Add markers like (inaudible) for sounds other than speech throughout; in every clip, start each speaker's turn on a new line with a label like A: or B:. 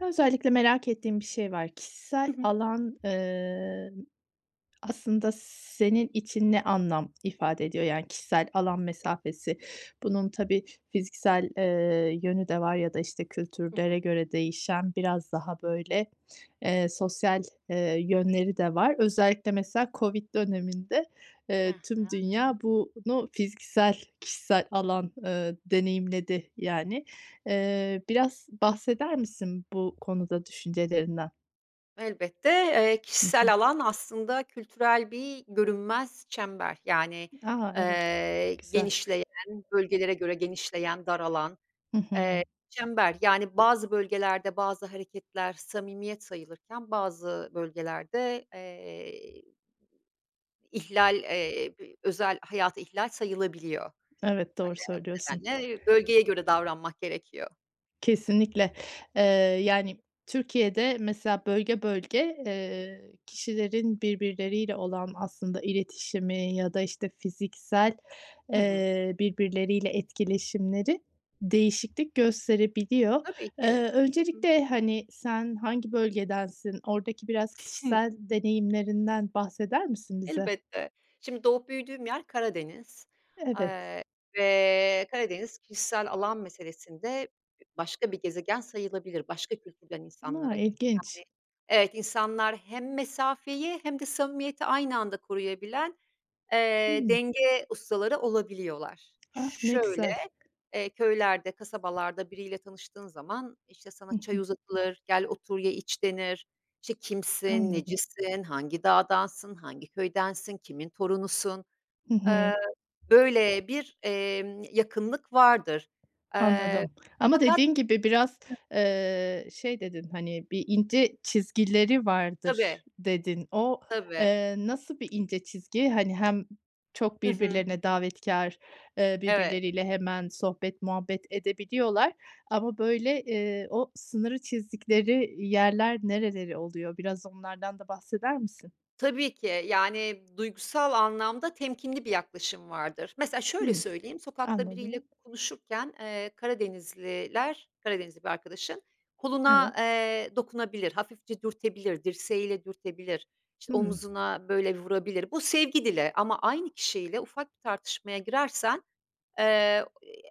A: Ya, özellikle merak ettiğim bir şey var.
B: Hı
A: Kişisel
B: hı.
A: alan, aslında senin için ne anlam ifade ediyor? Yani kişisel alan mesafesi. Bunun tabii fiziksel, yönü de var ya da, işte,
B: Hı
A: kültürlere
B: hı.
A: göre değişen biraz daha, böyle, sosyal, yönleri de var. Özellikle mesela COVID döneminde,
B: He he.
A: tüm dünya bunu fiziksel, kişisel alan, deneyimledi, yani. Biraz bahseder misin bu konuda düşüncelerinden?
B: Elbette,
A: Hı hı.
B: kişisel alan aslında kültürel bir görünmez çember. Yani,
A: A! Evet. Güzel.
B: genişleyen, bölgelere göre genişleyen, daralan,
A: Hı
B: eee,
A: hı.
B: çember. Yani bazı bölgelerde bazı hareketler samimiyet sayılırken bazı bölgelerde, ihlal, özel hayat ihlal sayılabiliyor.
A: Evet,
B: Hani,
A: doğru
B: o
A: söylüyorsun.
B: nedenle bölgeye göre davranmak gerekiyor.
A: Kesinlikle. Eee, yani, Türkiye'de mesela bölge bölge, kişilerin birbirleriyle olan aslında iletişimi ya da, işte, fiziksel,
B: Hı hı.
A: birbirleriyle etkileşimleri değişiklik gösterebiliyor.
B: Tabii ki.
A: Eee,
B: Hı hı.
A: öncelikle, hani, sen hangi bölgedensin? Oradaki biraz kişisel
B: (laughs)
A: deneyimlerinden bahseder misin bize?
B: Elbette. Şimdi doğup büyüdüğüm yer Karadeniz,
A: Evet.
B: eee, ve Karadeniz kişisel alan meselesinde başka bir gezegen sayılabilir. Başka kültürden
A: A,
B: insanlara.
A: ilginç.
B: Evet, insanlar hem mesafeyi hem de samimiyeti aynı anda koruyabilen,
A: Hımm.
B: denge ustaları olabiliyorlar.
A: Ah, ne
B: Şöyle,
A: güzel.
B: köylerde, kasabalarda biriyle tanıştığın zaman, işte, sana
A: Hı
B: çay
A: hı.
B: uzatılır, "Gel otur, ye, iç." denir. İşte, kimsin,
A: Anladım.
B: necisin, hangi dağdansın, hangi köydensin, kimin torunusun?
A: Hı
B: Eee,
A: hı.
B: Böyle bir, yakınlık vardır. Eee,
A: Anladım. Ama
B: Fakat.
A: dediğin gibi biraz, şey dedin, hani, bir ince çizgileri vardır
B: Tabii,
A: dedin. O,
B: tabii.
A: nasıl bir ince çizgi? Hani, hem çok
B: Hı hı.
A: birbirlerine davetkar
B: Evet.
A: birbirleriyle hemen sohbet muhabbet edebiliyorlar ama, böyle, o sınırı çizdikleri yerler nereleri oluyor? Biraz onlardan da bahseder misin?
B: Tabii ki, yani, duygusal anlamda temkinli bir yaklaşım vardır. Mesela şöyle
A: Hımm,
B: söyleyeyim, sokakta biriyle
A: anladım.
B: konuşurken, Karadenizliler, Karadenizli bir arkadaşım koluna,
A: Evet.
B: dokunabilir, hafifçe dürtebilir, dirseğiyle dürtebilir, işte,
A: Hımm,
B: omuzuna böyle vurabilir. Bu sevgi dili ama aynı kişiyle ufak bir tartışmaya girersen, Eee,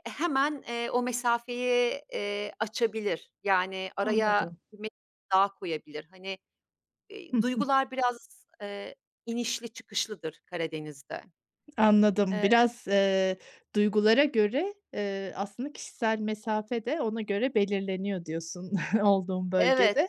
B: hemen, o mesafeyi, açabilir. Yani araya
A: anladım.
B: bir mesafe daha koyabilir. Hani,
A: Hıh.
B: duygular biraz, inişli çıkışlıdır Karadeniz'de.
A: Anladım.
B: Eee
A: Biraz, duygulara göre, aslında kişisel mesafe de ona göre belirleniyor diyorsun (laughs) olduğun
B: Evet.
A: bölgede.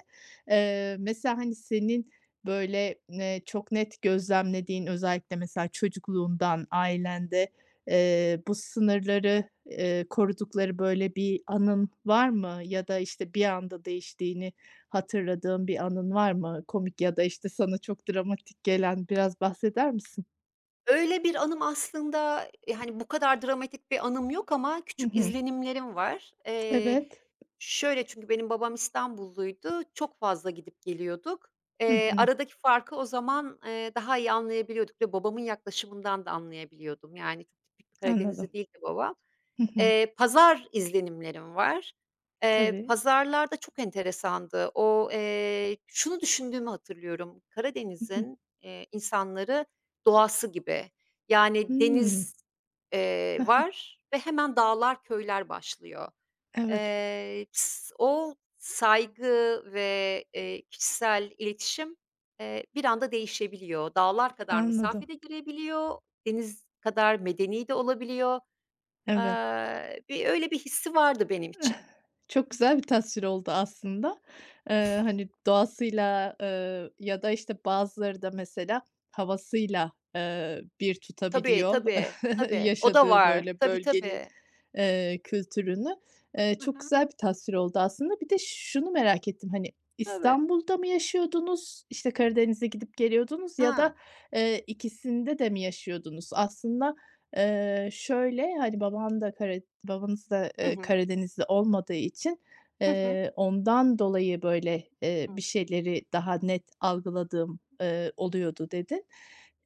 A: Mesela, hani, senin, böyle, çok net gözlemlediğin özellikle mesela çocukluğundan, ailende, bu sınırları, korudukları, böyle, bir anın var mı? Ya da, işte, bir anda değiştiğini hatırladığın bir anın var mı? Komik ya da, işte, sana çok dramatik gelen biraz bahseder misin?
B: Öyle bir anım aslında, hani, bu kadar dramatik bir anım yok ama
A: Hı
B: küçük
A: hı.
B: izlenimlerim var.
A: Evet.
B: Şöyle çünkü benim babam İstanbulluydu, çok fazla gidip geliyorduk.
A: Hı hı,
B: Aradaki farkı o zaman, daha iyi anlayabiliyorduk ve babamın yaklaşımından da anlayabiliyordum. Yani, çok tipik bir
A: anladım.
B: Karadenizli değildi babam.
A: Hı hı.
B: Pazar izlenimlerim var.
A: Tabii.
B: Pazarlar çok enteresandı. O, şunu düşündüğümü hatırlıyorum:
A: Hı hı.
B: Karadeniz'in, insanları doğası gibi. Yani
A: Hımm.
B: deniz,
A: (laughs)
B: var ve hemen dağlar, köyler başlıyor.
A: Evet,
B: O saygı ve, kişisel iletişim, bir anda değişebiliyor. Dağlar kadar
A: anladım.
B: mesafede girebiliyor, deniz kadar medeni de olabiliyor.
A: Evet.
B: Bir öyle bir hissi vardı benim için.
A: Çok güzel bir tasvir oldu aslında. Hani, doğasıyla, ya da, işte, bazıları da mesela havasıyla, bir
B: Tabii,
A: tutabiliyor.
B: tabii,
A: (laughs)
B: tabii. O da
A: yaşadığı
B: var.
A: böyle
B: Tabii,
A: bölgenin,
B: tabii.
A: kültürünü. Eee,
B: Hı
A: çok
B: hı.
A: güzel bir tasvir oldu aslında. Bir de şunu merak ettim, hani,
B: Tabii.
A: İstanbul'da mı yaşıyordunuz, işte, Karadeniz'e gidip geliyordunuz ya
B: Ha.
A: da, ikisinde de mi yaşıyordunuz? Aslında, şöyle, hani, babanız da,
B: Hı hı.
A: Karadenizli olmadığı için,
B: Hı hı.
A: ondan dolayı böyle,
B: Hı.
A: bir şeyleri daha net algıladığım, oluyordu dedin.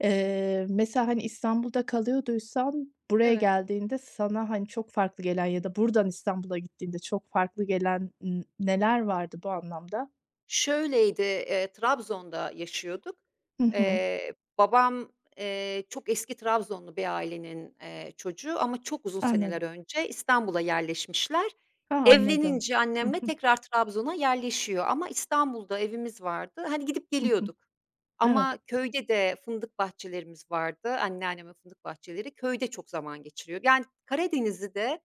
A: Mesela, hani, İstanbul'da kalıyorduysan buraya
B: Evet.
A: geldiğinde sana, hani, çok farklı gelen ya da buradan İstanbul'a gittiğinde çok farklı gelen neler vardı bu anlamda?
B: Şöyleydi, Trabzon'da yaşıyorduk.
A: Hı hı.
B: Babam, çok eski Trabzonlu bir ailenin, çocuğu ama çok uzun seneler
A: Anladım.
B: önce İstanbul'a yerleşmişler.
A: A, anladım.
B: Evlenince
A: Hı
B: annemle
A: hı.
B: tekrar Trabzon'a yerleşiyor ama İstanbul'da evimiz vardı. Hani, gidip
A: Hı hı.
B: geliyorduk
A: Evet.
B: ama köyde de fındık bahçelerimiz vardı. Anneannemin fındık bahçeleri. Köyde çok zaman geçiriyor. Yani Karadeniz'i de,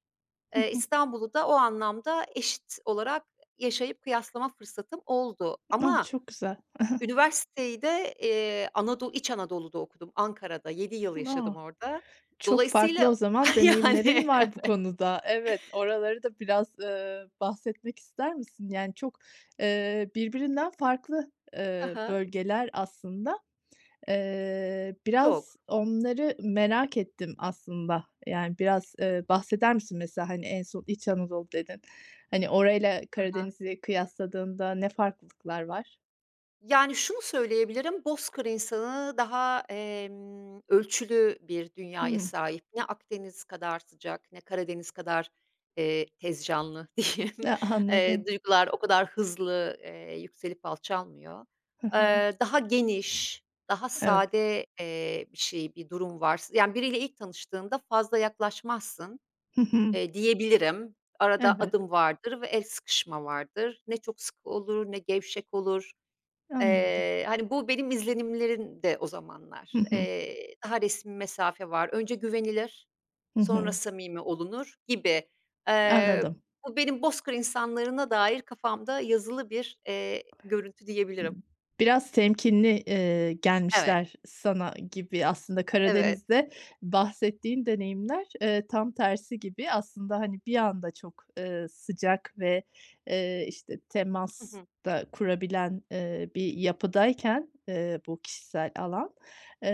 A: Hı hı.
B: İstanbul'u da o anlamda eşit olarak yaşayıp kıyaslama fırsatım oldu
A: Ah,
B: ama
A: çok güzel.
B: üniversiteyi de, İç Anadolu'da okudum, Ankara'da 7 yıl
A: A!
B: yaşadım orada.
A: Çok farklı
B: Dolayısıyla
A: o zaman
B: (laughs) yani
A: deneyimlerin var
B: (laughs)
A: bu konuda. Evet, oraları da biraz, bahsetmek ister misin? Yani, çok, birbirinden farklı,
B: Hı.
A: bölgeler aslında. Biraz
B: Çok.
A: onları merak ettim aslında. Yani, biraz, bahseder misin mesela, hani, en son İç Anadolu dedin. Hani, orayla Karadeniz'i kıyasladığında ne farklılıklar var?
B: Yani, şunu söyleyebilirim, bozkır insanı daha, ölçülü bir dünyaya
A: Hımm.
B: sahip. Ne Akdeniz kadar sıcak ne Karadeniz kadar, tez canlı (laughs) diyeyim.
A: E, (laughs) anladım.
B: Duygular o kadar hızlı, yükselip alçalmıyor.
A: Hı hı.
B: Daha geniş, daha
A: Evet.
B: sade, bir şey, bir durum var. Yani, biriyle ilk tanıştığında fazla yaklaşmazsın,
A: Hı hı.
B: diyebilirim. Arada
A: Evet,
B: adım vardır ve el sıkışma vardır. Ne çok sık olur ne gevşek olur.
A: anladım.
B: Hani, bu benim izlenimlerim de o
A: Hı
B: zamanlar.
A: hı.
B: Daha resmi mesafe var. Önce güvenilir,
A: Hı
B: sonra
A: hı.
B: samimi olunur gibi. Eee,
A: Anladım.
B: Bu benim bozkır insanlarına dair kafamda yazılı bir, görüntü diyebilirim.
A: Biraz temkinli,
B: Evet,
A: gelmişler sana gibi aslında
B: evet.
A: Karadeniz'de bahsettiğin deneyimler, tam tersi gibi aslında, hani, bir anda çok, sıcak ve, işte,
B: Hı
A: temas
B: hı.
A: da kurabilen, bir yapıdayken, bu kişisel alan,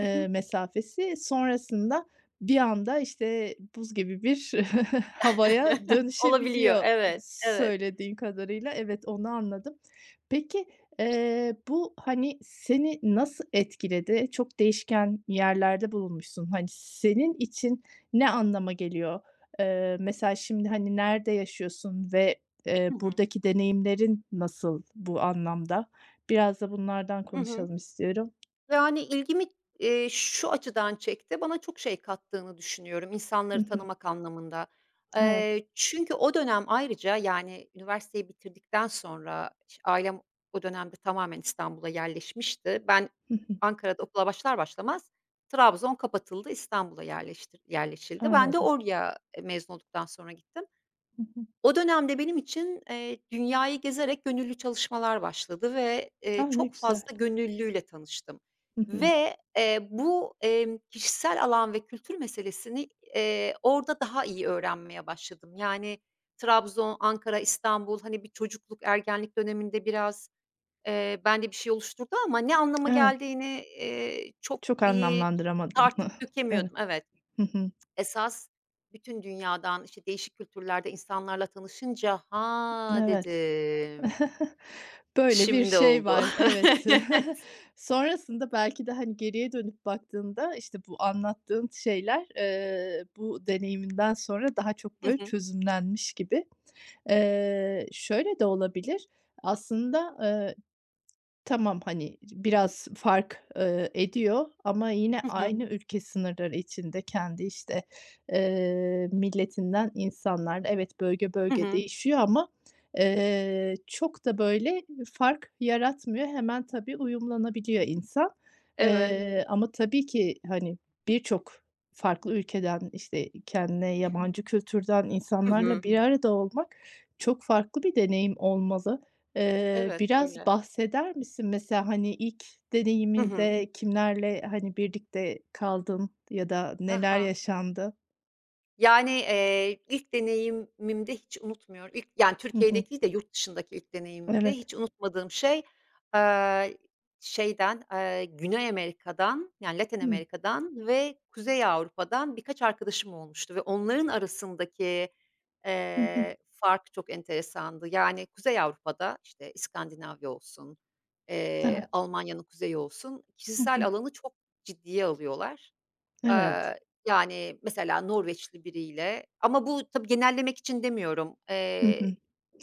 B: Hı hı.
A: mesafesi sonrasında bir anda, işte, buz gibi bir (laughs) havaya
B: (laughs) Olabiliyor.
A: dönüşebiliyor
B: Evet, evet.
A: söylediğin kadarıyla. Evet, onu anladım. Peki, bu, hani, seni nasıl etkiledi? Çok değişken yerlerde bulunmuşsun. Hani, senin için ne anlama geliyor? Mesela şimdi, hani, nerede yaşıyorsun ve,
B: Hı hı.
A: buradaki deneyimlerin nasıl bu anlamda? Biraz da bunlardan
B: Hı hı.
A: konuşalım istiyorum.
B: Yani, ilgimi, şu açıdan çekti, bana çok şey kattığını düşünüyorum
A: Hı
B: insanları
A: hı.
B: tanımak anlamında.
A: Evet.
B: Çünkü o dönem ayrıca, yani, üniversiteyi bitirdikten sonra ailem o dönemde tamamen İstanbul'a yerleşmişti. Ben
A: Hı hı.
B: Ankara'da okula başlar başlamaz Trabzon kapatıldı, İstanbul'a yerleşildi. Ben de
A: Anladım.
B: oraya, mezun olduktan sonra gittim.
A: Hı hı.
B: O dönemde benim için, dünyayı gezerek gönüllü çalışmalar başladı ve,
A: A, ne
B: çok
A: güzel.
B: fazla gönüllüyle tanıştım
A: Hı hı.
B: ve, bu, kişisel alan ve kültür meselesini, orada daha iyi öğrenmeye başladım. Yani, Trabzon, Ankara, İstanbul, hani, bir çocukluk, ergenlik döneminde biraz, bende bir şey oluşturdu ama ne anlama
A: Evet.
B: geldiğini, çok
A: Çok
B: iyi
A: anlamlandıramadın.
B: tartıp
A: (laughs) Evet.
B: dökemiyordum. Evet.
A: Hı hı.
B: Esas bütün dünyadan, işte, değişik kültürlerde insanlarla tanışınca, "Ha!"
A: Evet.
B: dedim.
A: (laughs) Böyle bir
B: Şimdi
A: şey
B: oldu.
A: var, evet.
B: (laughs)
A: (laughs) Sonrasında belki de, hani, geriye dönüp baktığında, işte, bu anlattığın şeyler, bu deneyiminden sonra daha çok
B: Hı
A: böyle
B: hı.
A: çözümlenmiş gibi. Şöyle de olabilir, aslında, tamam, hani, biraz fark, ediyor ama yine
B: Hı hı.
A: aynı ülke sınırları içinde kendi, işte, milletinden insanlar. Evet, bölge
B: Hı
A: bölge
B: hı.
A: değişiyor ama, çok da, böyle, fark yaratmıyor. Hemen tabii uyumlanabiliyor insan.
B: Evet.
A: Ama tabii ki, hani, birçok farklı ülkeden, işte, kendine
B: Hı hı.
A: yabancı kültürden insanlarla bir arada olmak çok farklı bir deneyim olmalı. Eee,
B: Evet,
A: biraz
B: öyle.
A: bahseder misin? Mesela, hani, ilk
B: Hı hı.
A: deneyiminde kimlerle, hani, birlikte kaldın ya da neler
B: Ha.
A: yaşandı?
B: Yani, ilk deneyimimde hiç unutmuyorum. İlk yani
A: Hı hı.
B: Türkiye'deki değil de yurt dışındaki ilk deneyimimde
A: Evet.
B: hiç unutmadığım şey, eee, şeyden, Güney Amerika'dan, yani Latin
A: Hıı.
B: Amerika'dan ve Kuzey Avrupa'dan birkaç arkadaşım olmuştu ve onların arasındaki,
A: Hı hı.
B: fark çok enteresandı. Yani Kuzey Avrupa'da, işte, İskandinavya olsun,
A: Evet.
B: Almanya'nın kuzeyi olsun,
A: Hı
B: kişisel
A: hı.
B: alanı çok ciddiye alıyorlar.
A: Evet.
B: Eee, Yani, mesela Norveçli biriyle ama bu tabii genellemek için demiyorum.
A: Hı hı.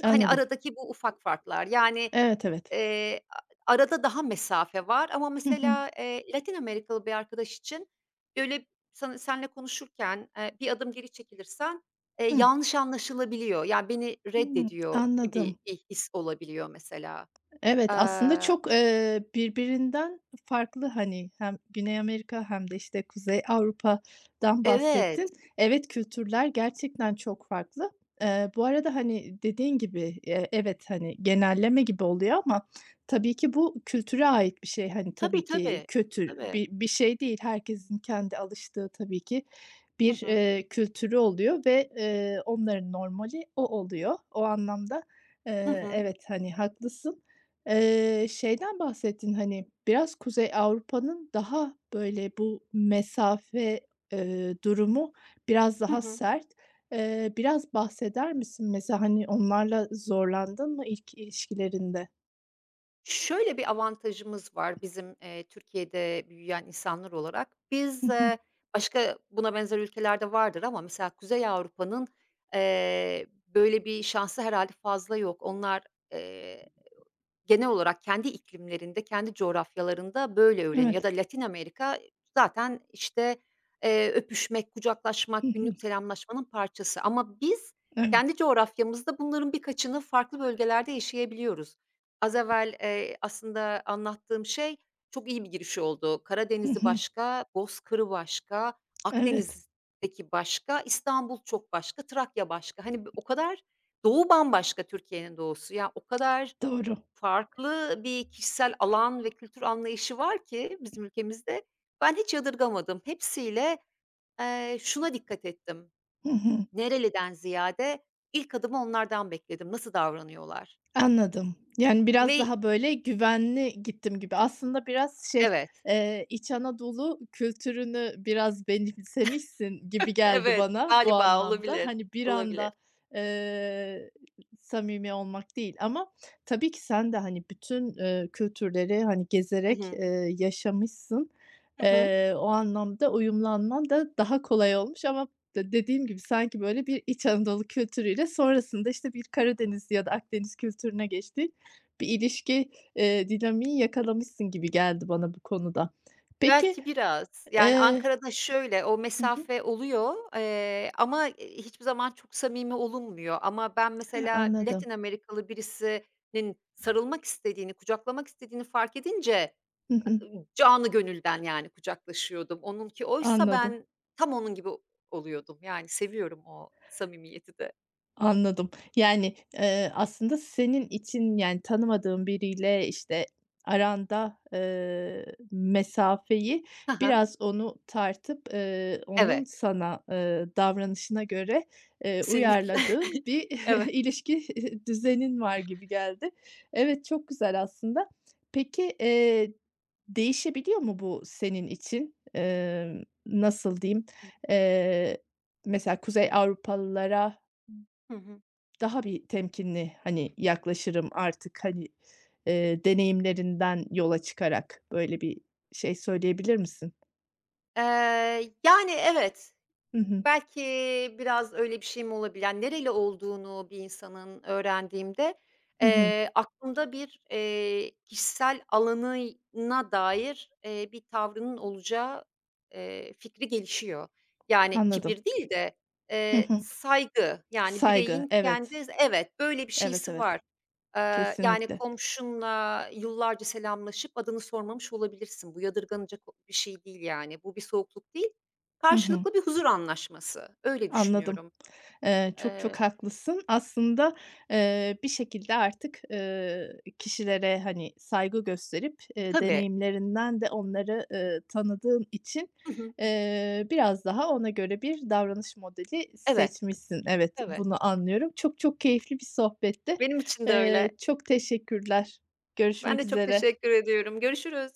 B: Hani,
A: Anladım.
B: aradaki bu ufak farklar, yani,
A: Evet, evet.
B: eee, a arada daha mesafe var ama
A: Hı hı.
B: mesela, Latin Amerikalı bir arkadaş için, böyle, seninle konuşurken, bir adım geri çekilirsen,
A: Hı.
B: yanlış anlaşılabiliyor. Yani, beni
A: Hıı.
B: reddediyor
A: Anladım.
B: gibi bir his olabiliyor mesela.
A: Evet, aslında
B: Eee
A: çok, birbirinden farklı, hani, hem Güney Amerika hem de, işte, Kuzey Avrupa'dan
B: Evet.
A: bahsettin. Evet, kültürler gerçekten çok farklı. Bu arada, hani, dediğin gibi, evet, hani, genelleme gibi oluyor ama tabii ki bu kültüre ait bir şey. Hani,
B: Tabii,
A: tabii ki
B: tabii.
A: kötü
B: Tabii.
A: bir şey değil. Herkesin kendi alıştığı tabii ki
B: Hı
A: bir,
B: hı.
A: kültürü oluyor ve, onların normali o oluyor. O anlamda,
B: Hı hı.
A: evet, hani, haklısın. Şeyden bahsettin, hani, biraz Kuzey Avrupa'nın daha, böyle, bu mesafe, durumu biraz
B: Hı
A: daha
B: hı.
A: sert. Biraz bahseder misin? Mesela, hani, onlarla zorlandın mı ilk ilişkilerinde?
B: Şöyle bir avantajımız var bizim, Türkiye'de büyüyen insanlar olarak.
A: Hı
B: Biz,
A: hı.
B: başka buna benzer ülkelerde vardır ama mesela Kuzey Avrupa'nın, eee, böyle bir şansı herhalde fazla yok. Onlar, eee genel olarak kendi iklimlerinde, kendi coğrafyalarında böyle öğreniyor ya
A: Evet.
B: da Latin Amerika zaten, işte, öpüşmek,
A: Hı
B: kucaklaşmak,
A: hı.
B: günlük selamlaşmanın parçası ama biz kendi
A: Evet.
B: coğrafyamızda bunların birkaçını farklı bölgelerde yaşayabiliyoruz. Az evvel, aslında anlattığım şey çok iyi bir giriş oldu.
A: (laughs) Hı
B: Karadeniz'i
A: hı.
B: başka, Bozkır'ı başka,
A: Evet.
B: Akdeniz'deki başka, İstanbul çok başka, Trakya başka. Hani, o kadar doğu bambaşka Türkiye'nin doğusu. Ya, o kadar
A: Doğru.
B: farklı bir kişisel alan ve kültür anlayışı var ki bizim ülkemizde, ben hiç yadırgamadım. Hepsiyle, şuna dikkat ettim,
A: Hı hı.
B: nereliden ziyade ilk adımı onlardan bekledim, nasıl davranıyorlar
A: Anladım. Yani biraz
B: ve.
A: daha böyle güvenli gittim gibi. Aslında biraz şey,
B: Evet,
A: İç Anadolu kültürünü biraz benimsemişsin gibi
B: (laughs)
A: geldi
B: evet,
A: bana bu
B: galiba
A: anlamda.
B: olabilir,
A: Hani bir
B: olabilir.
A: anda, eee, samimi olmak değil ama tabii ki sen de, hani, bütün, kültürleri, hani,
B: Hı
A: gezerek,
B: hı.
A: yaşamışsın.
B: Hı hı.
A: O anlamda uyumlanman da daha kolay olmuş ama de dediğim gibi sanki böyle bir İç Anadolu kültürüyle sonrasında, işte, bir Karadeniz ya da Akdeniz kültürüne geçtiğin bir ilişki, dinamiği yakalamışsın gibi geldi bana bu konuda. Peki,
B: Belki biraz. Yani,
A: eee
B: Ankara'da şöyle, o
A: hı hı.
B: mesafe oluyor, ama, hiçbir zaman çok samimi olunmuyor. Ama ben
A: Ha,
B: mesela
A: anladım.
B: Latin Amerikalı birisinin sarılmak istediğini, kucaklamak istediğini fark edince,
A: Hı hı.
B: canı gönülden, yani, kucaklaşıyordum. Onunki oysa
A: Anladım.
B: ben tam onun gibi oluyordum. Yani, seviyorum o samimiyeti de.
A: Anladım. Yani, aslında senin için, yani, tanımadığın biriyle, işte, aranda, mesafeyi
B: Hı hı.
A: biraz onu tartıp, onun
B: Evet,
A: sana, davranışına göre,
B: kesinlikle.
A: uyarladığın
B: (laughs)
A: bir
B: Evet.
A: (laughs) ilişki düzenin var gibi geldi. Evet, çok güzel aslında. Peki, değişebiliyor mu bu senin için? Nasıl diyeyim? Eee, mesela Kuzey Avrupalılara
B: Hı hı.
A: daha bir temkinli, hani, yaklaşırım artık, hani, deneyimlerinden yola çıkarak böyle bir şey söyleyebilir misin?
B: Yani, evet.
A: Hı hı.
B: Belki biraz öyle bir şeyim olabilir. Yani, nereli olduğunu bir insanın öğrendiğimde,
A: Hı hı.
B: aklımda bir, kişisel alanına dair, bir tavrının olacağı, fikri gelişiyor. Yani,
A: Anladım.
B: kibir değil de,
A: Hı hı.
B: saygı, yani,
A: Saygı.
B: bireyin
A: Evet.
B: kendi. Evet, böyle bir
A: Evet,
B: şeysi
A: evet.
B: var. Yani,
A: Kesinlikle.
B: komşunla yıllarca selamlaşıp adını sormamış olabilirsin. Bu yadırganacak bir şey değil, yani. Bu bir soğukluk değil.
A: Hı hı.
B: Karşılıklı bir huzur anlaşması, öyle
A: Anladım.
B: düşünüyorum.
A: Çok çok
B: Eee
A: haklısın. Aslında, bir şekilde artık, kişilere, hani, saygı gösterip,
B: Tabii.
A: deneyimlerinden de onları, tanıdığın için,
B: Hı hı.
A: biraz daha ona göre bir davranış modeli
B: Evet,
A: seçmişsin. Evet,
B: evet.
A: bunu anlıyorum. Çok çok keyifli bir sohbetti.
B: Benim için de
A: Eee,
B: öyle.
A: çok teşekkürler.
B: Ben
A: Görüşmek
B: de çok
A: üzere.
B: teşekkür ediyorum. Görüşürüz.